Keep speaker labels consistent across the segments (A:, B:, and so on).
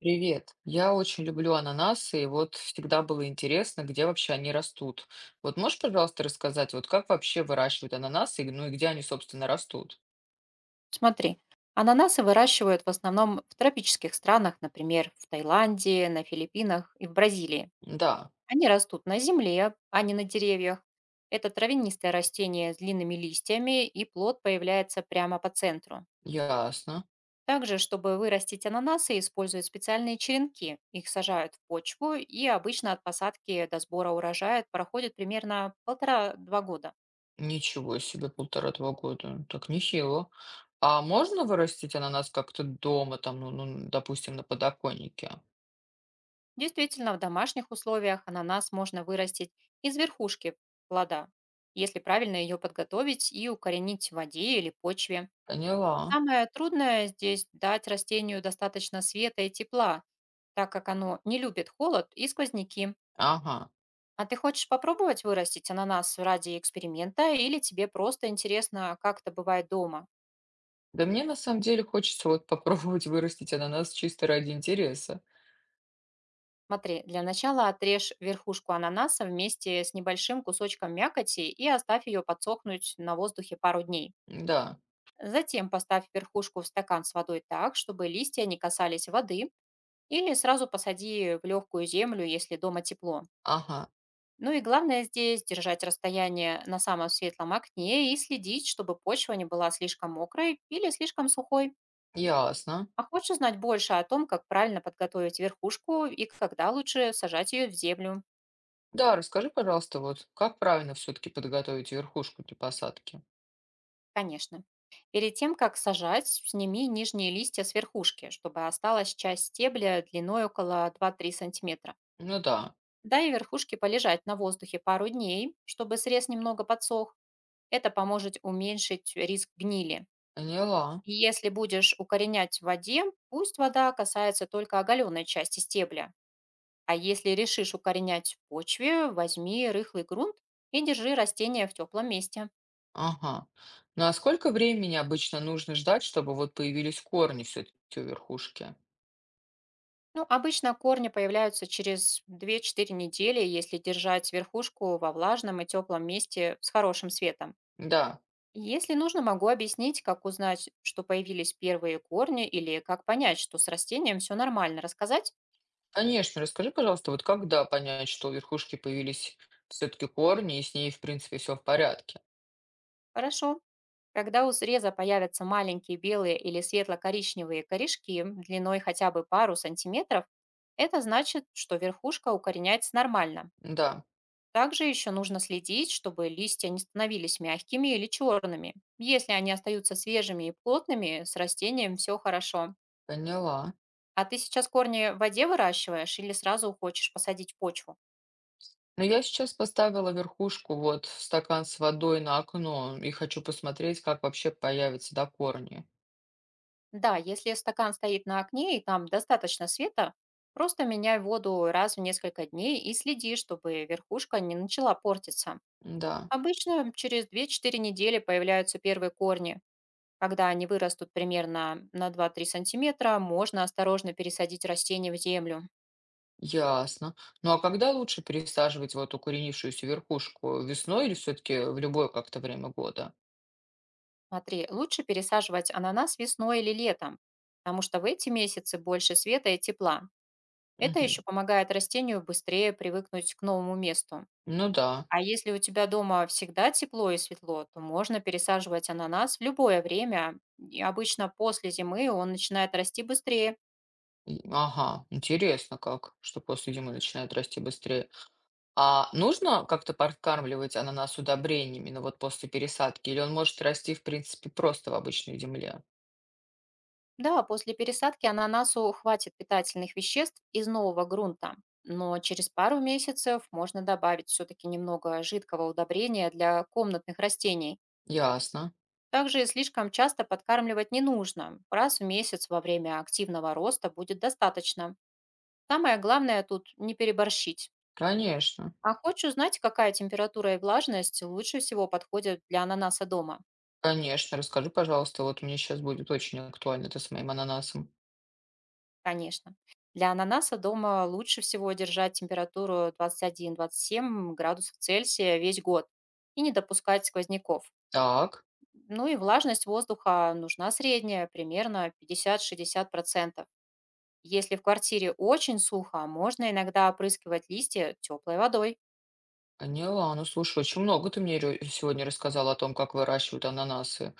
A: Привет. Я очень люблю ананасы, и вот всегда было интересно, где вообще они растут. Вот можешь, пожалуйста, рассказать, вот как вообще выращивают ананасы, ну и где они, собственно, растут?
B: Смотри, ананасы выращивают в основном в тропических странах, например, в Таиланде, на Филиппинах и в Бразилии.
A: Да,
B: Они растут на земле, а не на деревьях. Это травянистое растение с длинными листьями, и плод появляется прямо по центру.
A: ясно.
B: Также, чтобы вырастить ананасы, используют специальные черенки. Их сажают в почву, и обычно от посадки до сбора урожая проходит примерно полтора-два года.
A: Ничего себе, полтора-два года. Так нехило. А можно вырастить ананас как-то дома, там, ну, допустим, на подоконнике?
B: Действительно, в домашних условиях ананас можно вырастить из верхушки плода, если правильно ее подготовить и укоренить в воде или почве.
A: Поняла.
B: Самое трудное здесь дать растению достаточно света и тепла, так как оно не любит холод и сквозняки.
A: Ага.
B: А ты хочешь попробовать вырастить ананас ради эксперимента или тебе просто интересно, как это бывает дома?
A: Да мне на самом деле хочется вот попробовать вырастить ананас чисто ради интереса.
B: Смотри, для начала отрежь верхушку ананаса вместе с небольшим кусочком мякоти и оставь ее подсохнуть на воздухе пару дней.
A: Да,
B: Затем поставь верхушку в стакан с водой так, чтобы листья не касались воды, или сразу посади в легкую землю, если дома тепло.
A: ага,
B: Ну и главное здесь держать расстояние на самом светлом окне и следить, чтобы почва не была слишком мокрой или слишком сухой.
A: ясно.
B: А хочешь узнать больше о том, как правильно подготовить верхушку и когда лучше сажать ее в землю?
A: Да, расскажи, пожалуйста, вот как правильно все-таки подготовить верхушку для посадки?
B: Конечно. Перед тем, как сажать, сними нижние листья с верхушки, чтобы осталась часть стебля длиной около два-три сантиметра.
A: Ну да,
B: Дай верхушке полежать на воздухе пару дней, чтобы срез немного подсох. Это поможет уменьшить риск гнили.
A: поняла.
B: И если будешь укоренять в воде, пусть вода касается только оголенной части стебля. А если решишь укоренять в почве, возьми рыхлый грунт и держи растение в теплом месте.
A: Ага. Ну а сколько времени обычно нужно ждать, чтобы вот появились корни все-таки у верхушки?
B: Ну, обычно корни появляются через две-четыре недели, если держать верхушку во влажном и теплом месте с хорошим светом.
A: Да,
B: Если нужно, могу объяснить, как узнать, что появились первые корни, или как понять, что с растением все нормально. Рассказать?
A: конечно, расскажи, пожалуйста, вот когда понять, что у верхушки появились все-таки корни, и с ней, в принципе, все в порядке?
B: Хорошо. Когда у среза появятся маленькие белые или светло-коричневые корешки длиной хотя бы пару сантиметров, это значит, что верхушка укореняется нормально.
A: Да,
B: Также еще нужно следить, чтобы листья не становились мягкими или черными. Если они остаются свежими и плотными, с растением все хорошо.
A: поняла.
B: А ты сейчас корни в воде выращиваешь или сразу хочешь посадить в почву?
A: Но я сейчас поставила верхушку вот в стакан с водой на окно и хочу посмотреть, как вообще появятся, да, корни.
B: Да, если стакан стоит на окне и там достаточно света, просто меняй воду раз в несколько дней и следи, чтобы верхушка не начала портиться.
A: Да.
B: Обычно через две-четыре недели появляются первые корни. Когда они вырастут примерно на два-три сантиметра, можно осторожно пересадить растение в землю.
A: Ясно. Ну а когда лучше пересаживать вот укоренившуюся верхушку? Весной или все-таки в любое как-то время года?
B: Смотри, лучше пересаживать ананас весной или летом, потому что в эти месяцы больше света и тепла. Это
A: Мгм.
B: еще помогает растению быстрее привыкнуть к новому месту.
A: Ну да.
B: А если у тебя дома всегда тепло и светло, то можно пересаживать ананас в любое время. И обычно после зимы он начинает расти быстрее.
A: Ага, интересно как, что после зимы начинает расти быстрее. А нужно как-то подкармливать ананас удобрениями, ну вот после пересадки, или он может расти, в принципе, просто в обычной земле?
B: Да, после пересадки ананасу хватит питательных веществ из нового грунта. Но через пару месяцев можно добавить все-таки немного жидкого удобрения для комнатных растений.
A: Ясно.
B: Также слишком часто подкармливать не нужно. Раз в месяц во время активного роста будет достаточно. Самое главное тут не переборщить.
A: Конечно.
B: А хочешь узнать, какая температура и влажность лучше всего подходят для ананаса дома?
A: Конечно. Расскажи, пожалуйста, вот мне сейчас будет очень актуально это с моим ананасом.
B: Конечно. Для ананаса дома лучше всего держать температуру 21-27 градусов Цельсия весь год и не допускать сквозняков.
A: Так.
B: Ну и влажность воздуха нужна средняя, примерно 50-60%. Если в квартире очень сухо, можно иногда опрыскивать листья теплой водой.
A: Поняла. Ну, слушай, очень много ты мне сегодня рассказала о том, как выращивают ананасы.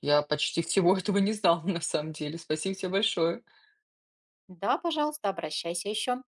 A: Я почти всего этого не знала, на самом деле. Спасибо тебе большое.
B: Да, пожалуйста, обращайся еще.